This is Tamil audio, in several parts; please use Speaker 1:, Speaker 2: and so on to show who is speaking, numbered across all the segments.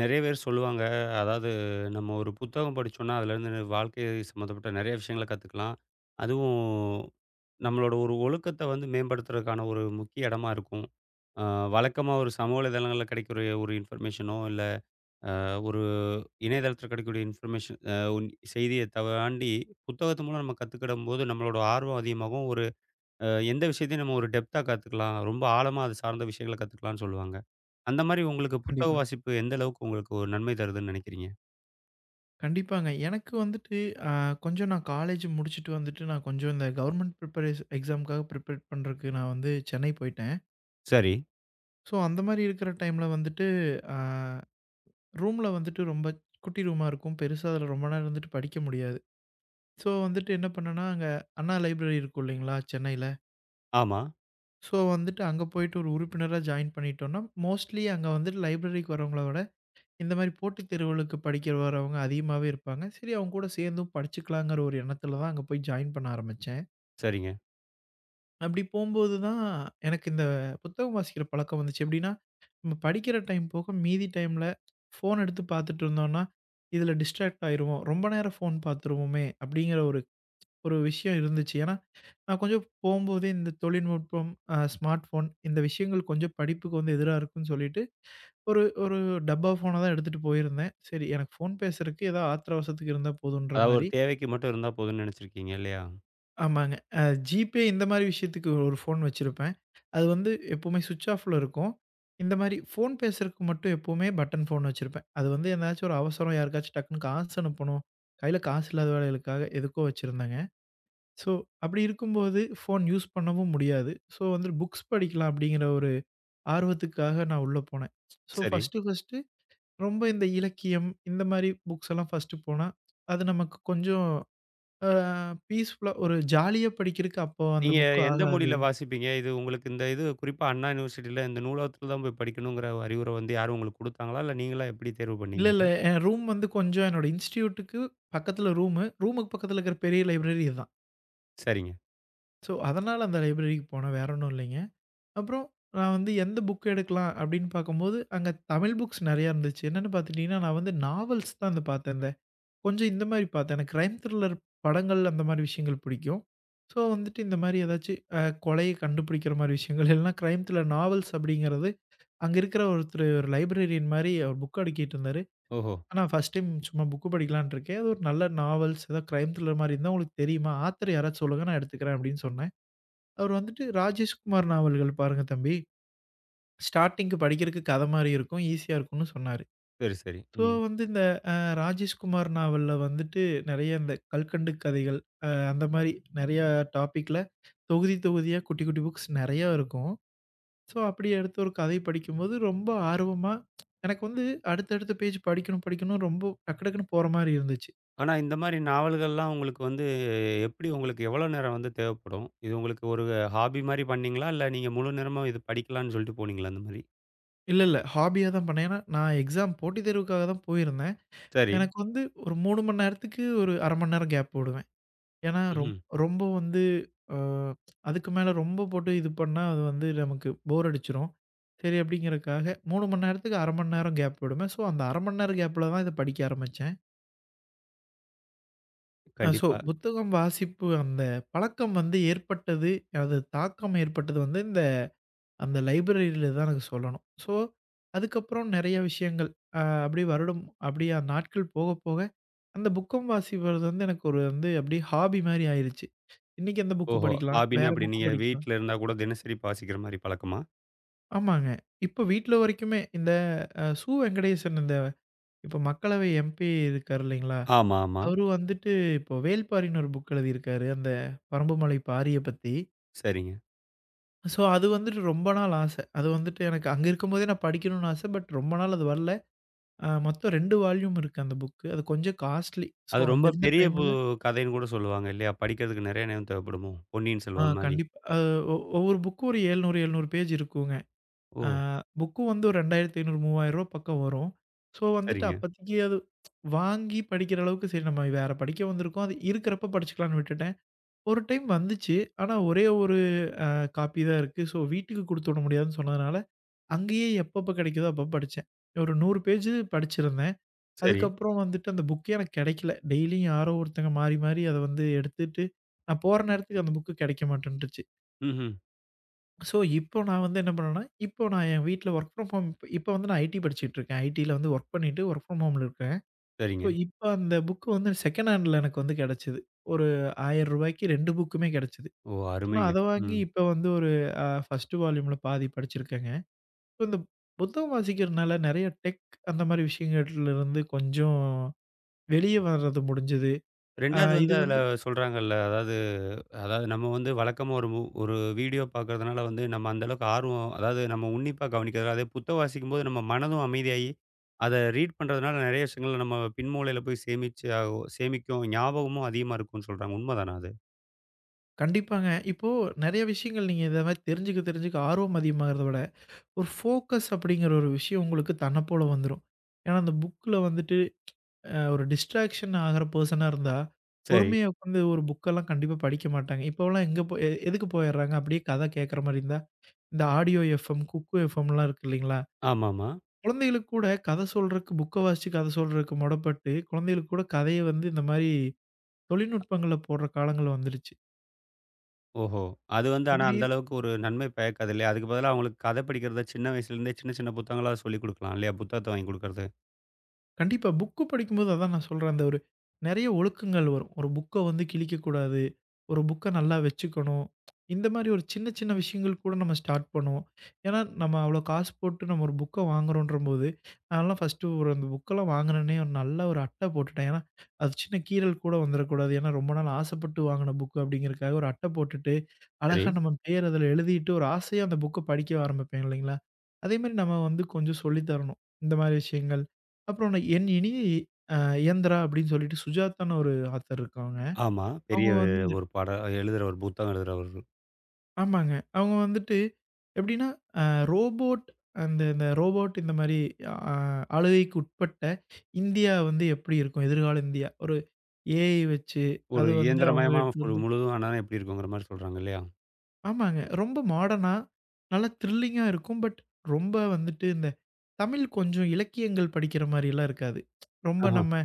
Speaker 1: நிறைய பேர் சொல்லுவாங்க. அதாவது நம்ம ஒரு புத்தகம் படிச்சோம்னா, அதுலேருந்து வாழ்க்கை சம்மந்தப்பட்ட நிறைய விஷயங்கள கத்துக்கலாம். அதுவும் நம்மளோட ஒரு ஒழுக்கத்த வந்து மேம்படுத்துறதுக்கான ஒரு முக்கிய இடமா இருக்கும். அ வழக்கமா ஒரு சமூக வலைதளங்கள்ல கிடைக்கிற ஒரு இன்ஃபர்மேஷனோ, இல்ல அ ஒரு இணையதளத்தில கிடைக்கக்கூடிய இன்ஃபர்மேஷன் செய்திய தாண்டி புத்தகத்து மூலம் நம்ம கத்துக்கிடும்போது நம்மளோட ஆர்வம் அதிகமாகும். ஒரு எந்த விஷயத்தையும் நம்ம ஒரு டெப்த்தா கத்துக்கலாம். ரொம்ப ஆழமா அது சார்ந்த விஷயங்கள கத்துக்கலாம்னு சொல்லுவாங்க. அந்த மாரி உங்களுக்கு புத்தக
Speaker 2: கண்டிப்பா.
Speaker 1: வாசிப்பு எந்த அளவுக்கு உங்களுக்கு ஒரு நன்மை தருதுன்னு நினைக்கிறீங்க?
Speaker 2: கண்டிப்பாங்க. எனக்கு வந்துட்டு அ கொஞ்சம் நான் காலேஜ் முடிச்சுட்டு வந்துட்டு நான் கொஞ்சம் இந்த கவர்மெண்ட் ப்ரிப்பரேஷன் எக்ஸாம்க்காக ப்ரிப்பேர் பண்றதுக்கு நான் வந்து சென்னை போயிட்டேன்.
Speaker 1: சரி.
Speaker 2: ஸோ அந்த மாரி இருக்கிற டைம்ல வந்துட்டு அ ரூம்ல வந்துட்டு ரொம்ப குட்டி ரூமா இருக்கும். பெருசா அதில ரொம்ப நேரம் இருந்துட்டு படிக்க முடியாது. ஸோ வந்துட்டு என்ன பண்ணேன்னா, அங்க அண்ணா லைப்ரரி இருக்கும் இல்லைங்களா? சென்னையில.
Speaker 1: ஆமா.
Speaker 2: ஸோ வந்துட்டு அங்க போயிட்டு ஒரு உறுப்பினரா ஜாயின் பண்ணிட்டோம்னா, மோஸ்ட்லி அங்க வந்துட்டு லைப்ரரிக்கு வரவங்கள இந்த மாரி போட்டித் தேர்வுகளுக்கு படிக்க வரவங்க அதிகமாவே இருப்பாங்க. சரி அவங்க கூட சேர்ந்தும் படிச்சுக்கலாங்கிற ஒரு எண்ணத்துல தான் அங்க போய் ஜாயின் பண்ண ஆரம்பிச்சேன்.
Speaker 1: சரிங்க.
Speaker 2: அப்படி போம்போது தான் எனக்கு இந்த புத்தகம் வாசிக்கிற பழக்கம் வந்துச்சு. எப்படின்னா, நம்ம படிக்கிற டைம் போக மீதி டைம்ல ஃபோன் எடுத்து பார்த்துட்டு இருந்தோம்னா, இதுல டிஸ்ட்ராக்ட் ஆயிருவோம். ரொம்ப நேரம் ஃபோன் பார்த்துருவோமே அப்படிங்கிற ஒரு ஒரு விஷயம் இருந்துச்சு. ஏன்னா, நான் கொஞ்சம் போம்போதே இந்த தொழில்நுட்பம், ஸ்மார்ட் ஃபோன் இந்த விஷயங்கள் கொஞ்சம் படிப்புக்கு வந்து எதிரா இருக்குன்னு சொல்லிட்டு, ஒரு ஒரு டப்பா ஃபோன தான் எடுத்துட்டு போயிருந்தேன். சரி எனக்கு ஃபோன் பேசுறக்கு ஏதோ ஆத்திர அவசரத்துக்கு இருந்தா போதுன்ற
Speaker 1: அதாவது ஒரு
Speaker 2: மாரி.
Speaker 1: தேவைக்கு மட்டும் இருந்தா போதும்ன்னு நினைச்சிருக்கீங்க இல்லையா?
Speaker 2: ஆமாங்க. அ ஜிபே இந்த மாரி விஷயத்துக்கு ஒரு ஃபோன் வச்சிருப்பேன். அது வந்து எப்பவுமே ஸ்விட்ச் ஆஃப்ல இருக்கும். இந்த மாரி ஃபோன் பேசுறக்கு மட்டும் எப்பவுமே பட்டன் ஃபோன் வச்சிருப்பேன். அது வந்து எதனாச்சும் ஒரு அவசரம் யாருக்காச்சும் டக்குன்னு காசு அனுப்பணும், கையில காசு இல்லாத வேலைகளுக்காக எதுக்கோ வச்சிருந்தேங்க. ஸோ, அப்படி இருக்கும்போது ஃபோன் யூஸ் பண்ணவும் முடியாது. ஸோ, வந்து புக்ஸ் படிக்கலாம் அப்படிங்கிற ஒரு ஆர்வத்துக்காக நான் உள்ள போனேன். ஸோ,
Speaker 1: சரி.
Speaker 2: ஃபர்ஸ்ட்டு ஃபர்ஸ்ட்டு ரொம்ப இந்த இலக்கியம் இந்த மாரி புக்ஸ் எல்லாம் ஃபர்ஸ்ட்டு போனா, அது நமக்கு கொஞ்சம் அ பீஸ்ஃபுல்லா ஒரு ஜாலியா படிக்கிறக்கு அப்போ அந்த
Speaker 1: நீங்க
Speaker 2: புக்
Speaker 1: எந்த
Speaker 2: ஆகாது.
Speaker 1: மொழியில வாசிப்பீங்க? இது உங்களுக்கு இந்த இது குறிப்பா அண்ணா யுனிவர்சிட்டில இந்த நூலகத்துல தான் போய் படிக்கணுங்கிற அறிவுரை வந்து யாரும் உங்களுக்கு குடுத்தாங்களா? இல்ல நீங்களா எப்படி தேர்வு
Speaker 2: இல்ல,
Speaker 1: பண்ணீங்க
Speaker 2: இல்ல,
Speaker 1: அத?
Speaker 2: என் ரூம் வந்து கொஞ்சம் என்னோட இன்ஸ்டிடியூட்டுக்கு பக்கத்துல ரூமு. ரூமுக்கு பக்கத்துல இருக்கிற பெரிய லைப்ரரி இதான்.
Speaker 1: சரிங்க.
Speaker 2: ஸோ, அதனால அந்த லைப்ரரிக்கு போனேன். வேற ஒண்ணும் இல்லைங்க. அப்புறம் நான் வந்து எந்த புக் எடுக்கலாம் அப்படின்னு பார்க்கும்போது, அங்க தமிழ் புக்ஸ் நெறையா இருந்துச்சு. என்னன்னு பார்த்துக்கிட்டீங்கன்னா, நான் வந்து நாவல்ஸ் தான் வந்து பார்த்தேன். இந்த கொஞ்சம் இந்த மாரி பார்த்தேன். எனக்கு கிரைம் த்ரில்லர் படங்கள் அந்த மாரி விஷயங்கள் பிடிக்கும். ஸோ வந்துட்டு இந்த மாரி ஏதாச்சு கொலைய கண்டுபிடிக்கிற மாரி விஷயங்கள் இல்லைனா கிரைம் த்ரில்லர் நாவல்ஸ் அப்படிங்கிறது அங்க இருக்கிற ஒருத்தரு ஒரு லைப்ரரியன் மாரி அவர் புக் அடுக்கிட்டு இருந்தாரு.
Speaker 1: ஓஹோ!
Speaker 2: நான் ஃபர்ஸ்ட் டைம் சும்மா புக் படிக்கலாம்ன்னு இருக்கேன். அது ஒரு நல்ல நாவல்ஸ் ஏதோ கிரைம் த்ரில்லர் மாரி இருந்தா உங்களுக்கு தெரியுமா? ஆத்தர் யாராச்சும் சொல்லுங்க நான் எடுத்துக்கிறேன் அப்படின்னு சொன்னேன். அவர் வந்துட்டு ராஜேஷ்குமார் நாவல்கள் பாருங்க தம்பி. ஸ்டார்ட்டிங்க்கு படிக்கிறக்கு கத மாரி இருக்கும். ஈஸியா இருக்கும்னு சொன்னாரு.
Speaker 1: சரி, சரி.
Speaker 2: ஸோ
Speaker 1: ம்.
Speaker 2: வந்து இந்த ராஜேஷ்குமார் நாவல்ல வந்துட்டு நெறைய இந்த கல்கண்டு கதைகள், அந்த மாரி நெறையா டாபிக்ல தொகுதி, தொகுதியா குட்டி, குட்டி புக்ஸ் நெறையா இருக்கும். ஸோ அப்படி எடுத்து ஒரு கதை படிக்கும்போது ரொம்ப ஆர்வமா எனக்கு வந்து அடுத்தடுத்த பேஜ் படிக்கணும், படிக்கணும் ரொம்ப டக்கு டக்குன்னு போற மாரி இருந்துச்சு.
Speaker 1: ஆனா இந்த மாரி நாவல்கள்லாம் உங்களுக்கு வந்து எப்படி உங்களுக்கு எவ்வளோ நேரம் வந்து தேவைப்படும்? இது உங்களுக்கு ஒரு ஹாபி மாரி பண்ணீங்களா? இல்ல நீங்க முழு நேரமும் இது படிக்கலான்னு சொல்லிட்டு போனீங்களா அந்த மாரி?
Speaker 2: இல்ல, இல்ல, ஹாபியா தான் பண்ணேன். ஏன்னா நான் எக்ஸாம் போட்டித் தேர்வுக்காக தான் போயிருந்தேன்.
Speaker 1: சரி.
Speaker 2: எனக்கு வந்து ஒரு 3 மணி நேரத்துக்கு ஒரு 1/2 மணி நேரம் கேப் விடுவேன். ஏன்னா, ரொம்
Speaker 1: ம்ஹ்ம்.
Speaker 2: ரொம்ப வந்து அ அதுக்கு மேல ரொம்ப போட்டு இது பண்ணா, அது வந்து நமக்கு போர் அடிச்சுரும். சரி அப்படிங்கிறதுக்காக 3 மணி நேரத்துக்கு 1/2 மணி நேரம் கேப் விடுவேன். ஸோ, அந்த 1/2 மணி நேரம் கேப்ல தான் இத படிக்க ஆரம்பிச்சேன். ஸோ,
Speaker 1: கண்டிப்பா.
Speaker 2: புத்தகம் வாசிப்பு அந்த பழக்கம் வந்து ஏற்பட்டது, அது தாக்கம் ஏற்பட்டது வந்து இந்த அந்த லைப்ரரியில தான் எனக்கு சொல்லணும். ஸோ, அதுக்கப்புறம் நெறைய விஷயங்கள். அப்படியே வருடம் அப்படியே அந்த நாட்கள் போக போக, அந்த புக்கும் வாசிப்பது வந்து எனக்கு ஒரு வந்து அப்படியே ஹாபி மாரி ஆயிருச்சு. இன்னைக்கு அந்த புக்கு
Speaker 1: ஓஹோ!
Speaker 2: படிக்கலாம்,
Speaker 1: ஹாபின்னா
Speaker 2: வேற
Speaker 1: எப்படி
Speaker 2: புக்கு
Speaker 1: நீங்க
Speaker 2: படிக்கலாம்.
Speaker 1: வீட்ல இருந்தா கூட தினசரி வாசிக்கிற மாரி பழக்கமா?
Speaker 2: ஆமாங்க. இப்ப வீட்ல வரைக்குமே இந்த சு. வெங்கடேசன் இந்த இப்ப மக்களவை எம்பி இருக்காரு இல்லைங்களா?
Speaker 1: ஆமா, ஆமா.
Speaker 2: அவரு வந்துட்டு இப்போ வேள்பாரின்னு ஒரு புக் எழுதியிருக்காரு. அந்த பறம்புமலை பாரிய பத்தி.
Speaker 1: சரிங்க.
Speaker 2: ஸோ, அது வந்துட்டு ரொம்ப நாள் ஆசை. அது வந்துட்டு எனக்கு அங்க இருக்கும்போதே நான் படிக்கணும்னு ஆசை. பட் ரொம்ப நாள் அது வரல. ஆ, மொத்தம் 2 வால்யூம் இருக்கு அந்த புக்கு. அது கொஞ்சம் காஸ்ட்லி. ஸோ,
Speaker 1: அது
Speaker 2: அந்த
Speaker 1: ரொம்ப
Speaker 2: இருந்த
Speaker 1: பெரிய பு
Speaker 2: டைம்ல
Speaker 1: கதைன்னு கூட சொல்லுவாங்க இல்லையா? படிக்கிறதுக்கு நெறைய நேரம் தேவைப்படுமோ? பொன்னியின்
Speaker 2: ஆ
Speaker 1: செல்வன் மாரி.
Speaker 2: கண்டிப்பா. ஒவ்வொரு புக்கும் ஒரு 700, 700 பேஜ் இருக்குங்க. ஆ,
Speaker 1: ஓ!
Speaker 2: புக்கும் வந்து ஒரு 2,500, 3,000 பக்கம் வரும். ஸோ, வந்துட்டு
Speaker 1: சரிங்க.
Speaker 2: அப்போதைக்கு அது வாங்கி படிக்கிற அளவுக்கு சரி நம்ம வேற படிக்க வந்திருக்கோம். அது இருக்கிறப்ப படிச்சுக்கலான்னு விட்டுட்டேன். ஒரு டைம் வந்துச்சு. ஆனா ஒரே ஒரு காப்பி தான் இருக்கு. ஸோ, வீட்டுக்கு குடுத்து விட முடியாதுன்னு சொன்னதுனால, அங்கேயே எப்பப்ப கிடைக்குதோ அப்பப்ப படிச்சேன். ஒரு 100 பேஜ் படிச்சிருந்தேன்.
Speaker 1: சரி.
Speaker 2: அதுக்கப்புறம் வந்துட்டு அந்த புக்கே எனக்கு கெடைக்கல. டெய்லியும் யாரோ ஒருத்தங்க மாறி, மாறி அத வந்து எடுத்துட்டு, நான் போற நேரத்துக்கு அந்த புக்கு கெடைக்க மாட்டேன்ருச்சு.
Speaker 1: ம்ஹ்ம்.
Speaker 2: ஸோ, இப்போ நான் வந்து என்ன பண்ணேன்னா, இப்போ நான் என் வீட்ல வொர்க் ஃப்ரம் ஹோம் இப்போ வந்து நான் ஐடி படிச்சுட்டுருக்கேன். ஐடில வந்து வொர்க் பண்ணிட்டு வொர்க் ஃப்ரம் ஹோம்ல இருக்கேன். ஸோ,
Speaker 1: சரிங்க.
Speaker 2: இப்போ அந்த புக் வந்து செகண்ட் ஹேண்ட்ல எனக்கு வந்து கெடைச்சது. ஒரு ரூ. 1000க்கு 2 புக்குமே கெடைச்சது.
Speaker 1: ஓ!
Speaker 2: ஸோ, நான்
Speaker 1: அருமைங்க.
Speaker 2: அத வாங்கி
Speaker 1: ம்.
Speaker 2: இப்போ வந்து ஒரு ஃபர்ஸ்ட் வால்யூம்ல பாதி படிச்சிருக்கேங்க. ஸோ, இந்த புத்தகம் வாசிக்கிறனால நெறைய டெக் அந்த மாரி விஷயங்கள்ல இருந்து கொஞ்சம் வெளிய வர்றது முடிஞ்சது. ஆ,
Speaker 1: 2வது வந்து
Speaker 2: இது
Speaker 1: அதுல
Speaker 2: வந்து
Speaker 1: சொல்றாங்கல்ல, அதாவது அதாவது நம்ம வந்து வழக்கமா ஒரு மு ஒரு வீடியோ பார்க்கறதுனால வந்து நம்ம அந்த அளவுக்கு ஆர்வம் அதாவது நம்ம உன்னிப்பா கவனிக்கிறதுல அதே புத்தகம் வாசிக்கும்போது நம்ம மனதும் அமைதியாகி அதை ரீட் பண்றதுனால நிறைய விஷயங்களை நம்ம பின்மூலையில போய் சேமிச்சு ஆகும் சேமிக்கும் ஞாபகமும் அதிகமா இருக்கும்னு சொல்றாங்க உண்மைதானா அது?
Speaker 2: கண்டிப்பாங்க. இப்போ நெறைய விஷயங்கள் நீங்க இத மாரி தெரிஞ்சுக்க தெரிஞ்சுக்க ஆர்வம் அதிகமாகறத விட, ஒரு ஃபோக்கஸ் அப்படிங்கிற ஒரு விஷயம் உங்களுக்கு தன்ன போல வந்துரும். ஏன்னா, அந்த புக்ல வந்துட்டு ஒரு டிஸ்ட்ராக்ஷன் ஆகற பெர்சனா இருந்தா,
Speaker 1: சரி.
Speaker 2: பொறுமையா உட்காந்து ஒரு புக்கெல்லாம் கண்டிப்பா படிக்க மாட்டாங்க. இப்போலாம் எங்க போய் எதுக்கு போயிர்றாங்க? அப்படியே கதை கேட்கற மாரி இருந்தா, இந்த ஆடியோ எஃப்எம், குக்கு எஃப்எம்லாம் இருக்கு இல்லைங்களா?
Speaker 1: ஆமாமா.
Speaker 2: குழந்தைகளுக்கு கூட கதை சொல்றதுக்கு, புக்க வாசிச்சு கதை சொல்றதுக்கு மொடப்பட்டு, குழந்தைகளுக்கு கூட கதைய வந்து இந்த மாரி தொழில்நுட்பங்கள்ல போடுற காலங்கள் வந்துடுச்சு.
Speaker 1: ஓஹோ! அது வந்து ஆனா
Speaker 2: அப்படி
Speaker 1: அந்த அளவுக்கு ஒரு நன்மை பயக்காது இல்லையா? அதுக்கு பதிலா அவங்களுக்கு கதை படிக்கிறத சின்ன வயசுலேருந்தே சின்ன சின்ன புத்தகங்களா சொல்லிக் குடுக்கலாம் இல்லையா? புத்தகத்த வாங்கி குடுக்கறது.
Speaker 2: கண்டிப்பா. புக்கு படிக்கும்போது அதான் நான் சொல்றேன். அந்த ஒரு நெறைய ஒழுக்கங்கள் வரும். ஒரு புக்க வந்து கிழிக்கக்கூடாது. ஒரு புக்க நல்லா வச்சுக்கணும். இந்த மாரி ஒரு சின்ன சின்ன விஷயங்கள் கூட நம்ம ஸ்டார்ட் பண்ணுவோம். ஏன்னா, நம்ம அவ்வளோ காசு போட்டு நம்ம ஒரு புக்க வாங்குறோன்றபோது, நான்லாம் ஃபர்ஸ்ட்டு ஒரு அந்த புக்கெல்லாம் வாங்குனோனே ஒரு நல்ல ஒரு அட்டை போட்டுட்டேன். ஏன்னா, அது சின்ன கீறல் கூட வந்துறக்கூடாது. ஏன்னா, ரொம்ப நாள் ஆசைப்பட்டு வாங்குன புக்கு அப்படிங்கிறதுக்காக ஒரு அட்டை போட்டுட்டு,
Speaker 1: சரி.
Speaker 2: அழகா நம்ம பேர் அதில எழுதிட்டு ஒரு ஆசையா அந்த புக்க படிக்க ஆரம்பிப்பேன் இல்லைங்களா? அதே மாரி நம்ம வந்து கொஞ்சம் சொல்லி தரணும். இந்த மாரி விஷயங்கள். அப்புறம் நான் "என் இனிய அ இயந்திரா" அப்படின்னு சொல்லிட்டு சுஜாதான்னு ஒரு ஆத்தர் இருக்காங்க.
Speaker 1: ஆமா. பெரிய
Speaker 2: அவங்க வந்து இந்த
Speaker 1: ஒரு பாட எழுதுற ஒரு புத்தகம் எழுதுறவர்.
Speaker 2: ஆமாங்க. அவங்க வந்துட்டு எப்படின்னா, அ ரோபோட் இந்த ரோபோட் இந்த மாரி அ ஆளுகைக்கு உட்பட்ட இந்தியா வந்து எப்படி இருக்கும்? எதிர்கால இந்தியா. ஒரு ஏஐ வச்சு
Speaker 1: ஒரு
Speaker 2: அது வந்து
Speaker 1: இயந்திரமயமா ஃபுல்
Speaker 2: அவங்ககிட்டருந்து
Speaker 1: முழுதும் ஆனா எப்படி இருக்குங்கிற மாரி சொல்றாங்க இல்லையா?
Speaker 2: ஆமாங்க. ரொம்ப மாடர்னா, நல்லா த்ரில்லிங்கா இருக்கும். பட் ரொம்ப வந்துட்டு இந்த தமிழ் கொஞ்சம் இலக்கியங்கள் படிக்கிற மாரிலாம் இருக்காது. ரொம்ப
Speaker 1: ஆஹா,
Speaker 2: நம்ம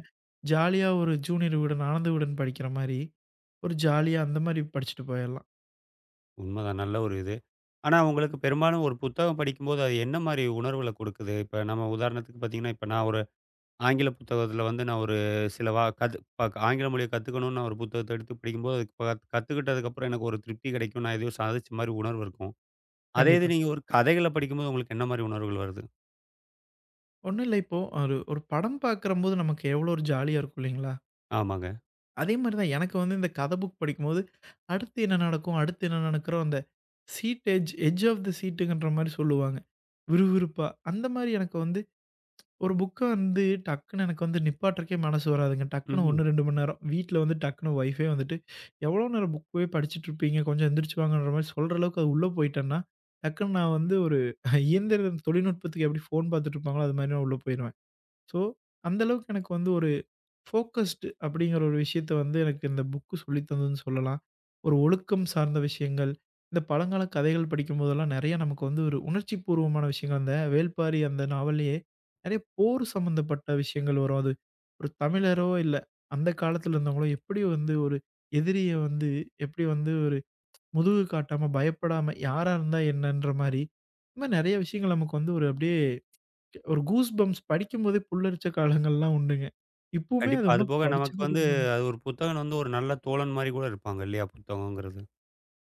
Speaker 2: ஜாலியா ஒரு ஜூனியர் விகடன், ஆனந்த விகடன் படிக்கிற மாரி, ஒரு ஜாலியா அந்த மாரி படிச்சுட்டு போயிரலாம்.
Speaker 1: உண்மதான் நல்ல ஒரு இது. ஆனா உங்களுக்கு பெரும்பாலும் ஒரு புத்தகம் படிக்கும்போது அது என்ன மாரி உணர்வுகள குடுக்குது? இப்ப நம்ம உதாரணத்துக்கு பார்த்தீங்கன்னா, இப்ப நான் ஒரு ஆங்கில புத்தகத்துல வந்து நான் ஒரு சில வா கத் ப ஆங்கில மொழிய கத்துக்கணும்னு நான் ஒரு புத்தகத்த எடுத்து படிக்கும்போது, அது ப கத்துக்கிட்டதுக்கப்புறம் எனக்கு ஒரு திருப்தி கிடைக்கும். நான் எதையோ சாதிச்ச மாரி உணர்வு இருக்கும். அதே இது
Speaker 2: கண்டிப்பா.
Speaker 1: நீங்க ஒரு கதைகள படிக்கும்போது உங்களுக்கு என்ன மாரி உணர்வுகள் வருது?
Speaker 2: ஒண்ணும் இல்ல இப்போ ஒரு ஒரு படம் பார்க்குறம்போது நமக்கு எவ்வளோ ஒரு ஜாலியா இருக்கும் இல்லைங்களா?
Speaker 1: ஆமாங்க.
Speaker 2: அதே மாரி தான் எனக்கு வந்து இந்த கதை புக் படிக்கும்போது, அடுத்து என்ன நடக்கும்? அடுத்து என்ன நடக்குறோம்? அந்த seat edge edge of the சீட்டுங்கன்ற மாரி சொல்லுவாங்க. விறுவிறுப்பா அந்த மாரி எனக்கு வந்து ஒரு புக்க வந்து டக்குன்னு எனக்கு வந்து நிப்பாட்டுறக்கே மனசு வராதுங்க. டக்குன்னு
Speaker 1: ம்ஹ்ம்.
Speaker 2: 1, 2 மணி நேரம். வீட்ல வந்து டக்குன்னு ஒய்ஃபே வந்துட்டு, "எவ்வளோ நேரம் புக் போய் படிச்சுட்டுருப்பீங்க? கொஞ்சம் எந்திரிச்சு வாங்கன்ற" மாரி சொல்ற அளவுக்கு அது உள்ள போயிட்டேன்னா, டக்குன்னு நான் வந்து ஒரு இயந்திர தொழில்நுட்பத்துக்கு எப்படி ஃபோன் பார்த்துட்டுருப்பாங்களோ, அது மாரி நான் உள்ள போயிருவேன். ஸோ, அந்த அளவுக்கு எனக்கு வந்து ஒரு ஃபோக்கஸ்டு அப்படிங்கிற ஒரு விஷயத்த வந்து எனக்கு இந்த புக்கு சொல்லி தந்ததுன்னு சொல்லலாம். ஒரு ஒழுக்கம் சார்ந்த விஷயங்கள், இந்த பழங்கால கதைகள் படிக்கும்போதெல்லாம் நெறைய நமக்கு வந்து ஒரு உணர்ச்சி பூர்வமான விஷயங்கள், அந்த வேள்பாரி அந்த நாவல்லயே நெறைய போர் சம்மந்தப்பட்ட விஷயங்கள் வரும். அது ஒரு தமிழரோ இல்ல அந்த காலத்துல இருந்தவங்களோ எப்படி வந்து ஒரு எதிரிய வந்து எப்படி வந்து ஒரு முதுகு காட்டாம, பயப்படாம யாரா இருந்தா என்னன்ற மாரி, இந்த மாரி நெறைய விஷயங்கள் நமக்கு வந்து ஒரு அப்படியே ஒரு கூஸ் பம்ப்ஸ் படிக்கும்போதே புல்லரிச்ச காலங்கள்லாம் உண்டுங்க. இப்பவுமே
Speaker 1: கண்டிப்பா.
Speaker 2: அது இன்னும்
Speaker 1: அதுபோக
Speaker 2: படிச்சு
Speaker 1: நமக்கு வந்து
Speaker 2: முடிக்கணும்.
Speaker 1: அது ஒரு புத்தகன் வந்து ஒரு நல்ல தோழன் மாரி கூட இருப்பாங்க இல்லையா? புத்தகங்கிறது.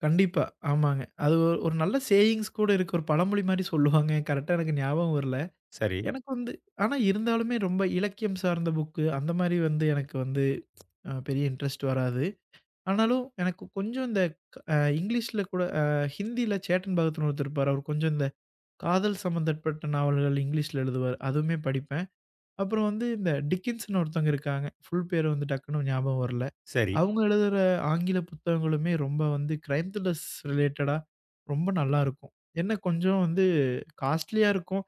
Speaker 2: கண்டிப்பா. ஆமாங்க. அது ஒரு ஒரு நல்ல சேயிங்ஸ் கூட இருக்கு. ஒரு பழமொழி மாரி சொல்லுவாங்க. கரெக்ட்டா எனக்கு ஞாபகம் வரல.
Speaker 1: சரி,
Speaker 2: எனக்கு வந்து ஆனா இருந்தாலுமே ரொம்ப இலக்கியம் சார்ந்த புக்கு அந்த மாரி வந்து எனக்கு வந்து பெரிய இன்ட்ரெஸ்ட் வராது. ஆனாலும் எனக்கு கொஞ்சம் இந்த க அ இங்கிலீஷ்ல கூட ஹிந்தியில சேட்டன் பகத்னு ஒருத்தர் இருப்பாரு. அவர் கொஞ்சம் இந்த காதல் சம்மந்தப்பட்ட நாவல்கள் இங்கிலீஷ்ல எழுதுவாரு. அதுவுமே படிப்பேன். அப்புறம் வந்து இந்த டிக்கின்ஸ்ன்னு ஒருத்தவங்க இருக்காங்க. ஃபுல் பேரு வந்து டக்குன்னு ஞாபகம் வரல.
Speaker 1: சரி.
Speaker 2: அவங்க எழுதுற ஆங்கில புத்தகங்களுமே ரொம்ப வந்து கிரைம் த்ரில்லர்ஸ் ரிலேட்டடா ரொம்ப நல்லாருக்கும். என்ன கொஞ்சம் வந்து காஸ்ட்லியா இருக்கும்.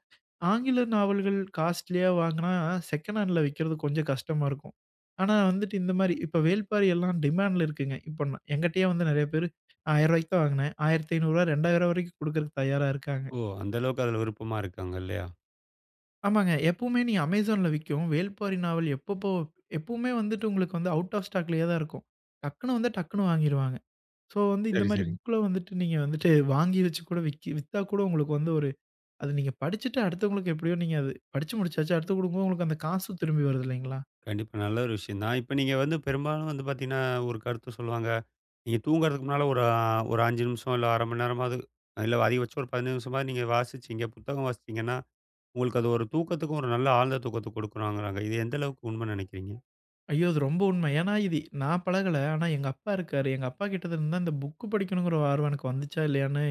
Speaker 2: ஆங்கில நாவல்கள் காஸ்ட்லியா வாங்குனா, செகண்ட் ஹேண்ட்ல விக்கிறது கொஞ்சம் கஷ்டமா இருக்கும். ஆனா வந்துட்டு இந்த மாரி இப்ப வேள்பாரி எல்லாம் டிமாண்ட்ல இருக்குங்க. இப்ப என்கிட்டயே வந்து நெறைய பேரு ரூ. 1,000 தான் வாங்குனேன். ரூ. 1,500 ரூ. 2,000 வரைக்கும் குடுக்கறக்கு தயாரா இருக்காங்க.
Speaker 1: ஓ! அந்த அளவுக்கு அதுல விருப்பமா இருக்காங்க இல்லையா?
Speaker 2: ஆமாங்க. எப்பவுமே நீ அமேசான்ல விக்கும். வேள்பாரி நாவல் எப்பப்போ எப்பவுமே வந்துட்டு உங்களுக்கு வந்து அவுட் ஆஃப் ஸ்டாக்லயே தான் இருக்கும். டக்குனு வந்தா டக்குனு வாங்கிருவாங்க. ஸோ வந்து இந்த
Speaker 1: சரி,
Speaker 2: மாரி
Speaker 1: சரி.
Speaker 2: புக்ல வந்துட்டு நீங்க வந்துட்டு வாங்கி வச்சு கூட விக்கி வித்தா கூட உங்களுக்கு வந்து ஒரு அது நீங்க படிச்சுட்டு அடுத்தவங்களுக்கு எப்படியோ நீங்க அது படிச்சு முடிச்சாச்சு. அடுத்து குடுக்கும்போது உங்களுக்கு அந்த காசு திரும்பி வருது இல்லைங்களா?
Speaker 1: கண்டிப்பா நல்ல ஒரு விஷயம் தான். இப்ப நீங்க வந்து பெரும்பாலும் வந்து பாத்தீங்கன்னா, ஒரு கருத்து சொல்லுவாங்க. நீங்க தூங்குறதுக்கு முன்னால ஒரு ஒரு 5 நிமிஷம் இல்ல 1/2 மணி நேரமாவது, இல்ல அதிகபட்சம் ஒரு 15 நிமிஷமாவது நீங்க வாசிச்சீங்க, புத்தகம் வாசிச்சீங்கன்னா, உங்களுக்கு அது ஒரு தூக்கத்துக்கும் ஒரு நல்ல ஆழ்ந்த தூக்கத்த குடுக்குறாங்கறாங்க. இது எந்த அளவுக்கு உண்மைன்னு நெனைக்கிறீங்க?
Speaker 2: ஐயோ! அது ரொம்ப உண்மை. ஏன்னா, இது நான் பழகல. ஆனா எங்க அப்பா இருக்காரு. எங்க அப்பா கிட்ட இருந்து தான் இந்த புக்கு படிக்கணுங்கிற ஆர்வம் எனக்கு வந்துச்சா, இல்லையான்னு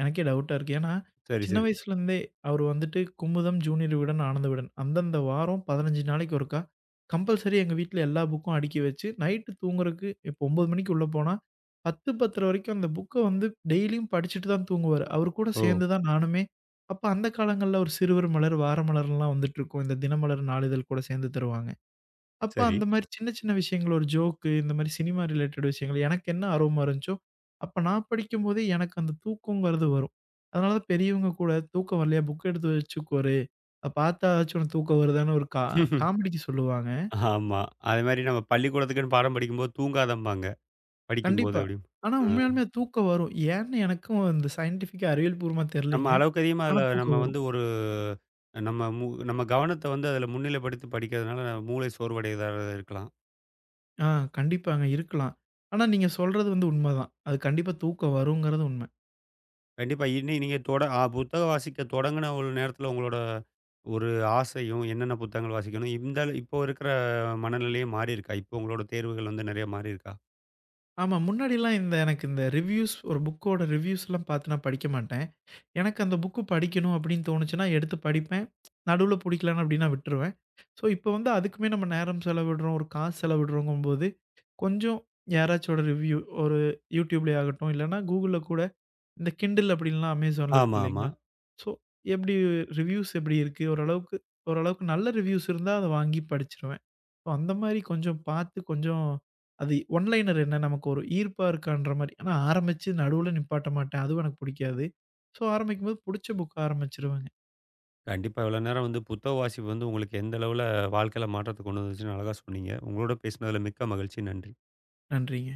Speaker 2: எனக்கே டவுட்டா இருக்கு. ஏன்னா,
Speaker 1: சரி,
Speaker 2: சின்ன
Speaker 1: சரி.
Speaker 2: வயசுலேருந்தே அவர் வந்துட்டு குமுதம், ஜூனியர் விகடன், ஆனந்த விகடன் அந்தந்த வாரம் 15 நாளைக்கு ஒருக்கா கம்பல்சரி எங்க வீட்ல எல்லா புக்கும் அடுக்கி வச்சு, நைட்டு தூங்குறக்கு இப்போ 9 மணிக்கு உள்ள போனா, 10, 10:30 வரைக்கும் அந்த புக்க வந்து டெய்லியும் படிச்சுட்டு தான் தூங்குவாரு. அவரு கூட
Speaker 1: ஓ!
Speaker 2: சேர்ந்து தான் நானுமே அப்ப அந்த காலங்கள்ல ஒரு சிறுவர் மலர், வார மலர்லாம் வந்துட்டுருக்கும். இந்த தினமலர் நாளிதழ் கூட சேர்ந்து தருவாங்க. அப்ப
Speaker 1: சரி.
Speaker 2: அந்த மாரி சின்ன சின்ன விஷயங்கள், ஒரு ஜோக்கு இந்த மாரி சினிமா ரிலேட்டட் விஷயங்கள் எனக்கு என்ன ஆர்வமா இருந்துச்சோ, அப்ப நான் படிக்கும்போதே எனக்கு அந்த தூக்கங்கிறது வரும். அதனால தான் பெரியவங்க கூட "தூக்கம் வரலையா? புக் எடுத்து வச்சுக்கோரு. அத பார்த்தாச்சும் உனக்கு தூக்கம் வருதான்னு" ஒரு காமெடிக்கு சொல்லுவாங்க.
Speaker 1: ஆமா. அதே மாரி நம்ம பள்ளிக்கூடத்துக்குன்னு பாடம் படிக்கும்போது தூங்காதம்பாங்க. படிக்கும்போது
Speaker 2: கண்டிப்பா.
Speaker 1: அப்டின்னு.
Speaker 2: ஆனா
Speaker 1: ஆ.
Speaker 2: உண்மையாலுமே தூக்கம் வரும். ஏன்னு எனக்கும் இந்த சயின்டிஃபிக்கா அறிவியல் பூர்வமா
Speaker 1: நம்ம
Speaker 2: தெரியலைங்க.
Speaker 1: அளவுக்கு அதிகமா
Speaker 2: ஆனா
Speaker 1: அதில நம்ம
Speaker 2: தூக்கம்
Speaker 1: வந்து
Speaker 2: வரும்.
Speaker 1: ஒரு நம்ம மூ நம்ம கவனத்த வந்து அதில முன்னிலைப்படுத்தி படிக்கிறதுனால நம்ம மூளை சோர்வடையதாக இருக்கலாம்.
Speaker 2: ஆ, கண்டிப்பாங்க இருக்கலாம். ஆனா நீங்க சொல்றது வந்து உண்மதான். அது கண்டிப்பா தூக்கம் வருங்கிறது உண்ம.
Speaker 1: கண்டிப்பா இன்னி நீங்க தொட புத்தகம் வாசிக்க தொடங்குன ஒரு நேரத்தில உங்களோட ஒரு ஆசையும், என்னென்ன புத்தகங்கள் வாசிக்கணும், இந்த அளவு- இப்போ இருக்கிற மனநிலையும் மாறியிருக்கா? இப்போ உங்களோட தேர்வுகள் வந்து நெறைய மாறியிருக்கா?
Speaker 2: ஆமா. முன்னாடிலாம் இந்த எனக்கு இந்த ரிவ்யூஸ் ஒரு புக்கோட ரிவ்யூஸ்லாம் பார்த்து நான் படிக்க மாட்டேன். எனக்கு அந்த புக்கு படிக்கணும் அப்படின்னு தோணுச்சுன்னா எடுத்து படிப்பேன். நடுவுல பிடிக்கலனா அப்படின்னா விட்டுருவேன். ஸோ, இப்போ வந்து அதுக்குமே நம்ம நேரம் செலவிடுறோம், ஒரு காசு செலவிடுறோங்கும்போது, கொஞ்சம் யாராச்சோட ரிவ்யூ ஒரு YouTubeலே ஆகட்டும், இல்லன்னா Googleல கூட இந்த Kindle அப்படின்லாம் Amazonல இருக்கு
Speaker 1: ஆமா, ஆமா.
Speaker 2: இல்லைங்களா? ஸோ, எப்படி ரிவ்யூஸ் எப்படி இருக்கு? ஓரளவுக்கு ஓரளவுக்கு நல்ல ரிவ்யூஸ் இருந்தா அத வாங்கி படிச்சுருவேன். அந்த மாரி கொஞ்சம் பார்த்து கொஞ்சம் அது ஒன் லைனர் என்ன நமக்கு ஒரு ஈர்ப்பா இருக்கான்ற மாரி. ஆனா ஆரம்பிச்சு நடுவுல நிப்பாட்ட மாட்டேன். அதுவும் எனக்கு பிடிக்காது. ஸோ ஆரம்பிக்கும்போது புடிச்ச புக் ஆரம்பிச்சுருவேங்க.
Speaker 1: கண்டிப்பா இவ்வளோ நேரம் வந்து புத்தக வாசிப்பு வந்து உங்களுக்கு எந்த அளவுல வாழ்க்கையில மாற்றத்த கொண்டு வந்துச்சுன்னு அழகா சொன்னீங்க. உங்களோட பேசினதில மிக்க மகிழ்ச்சி. நன்றி.
Speaker 2: நன்றிங்க.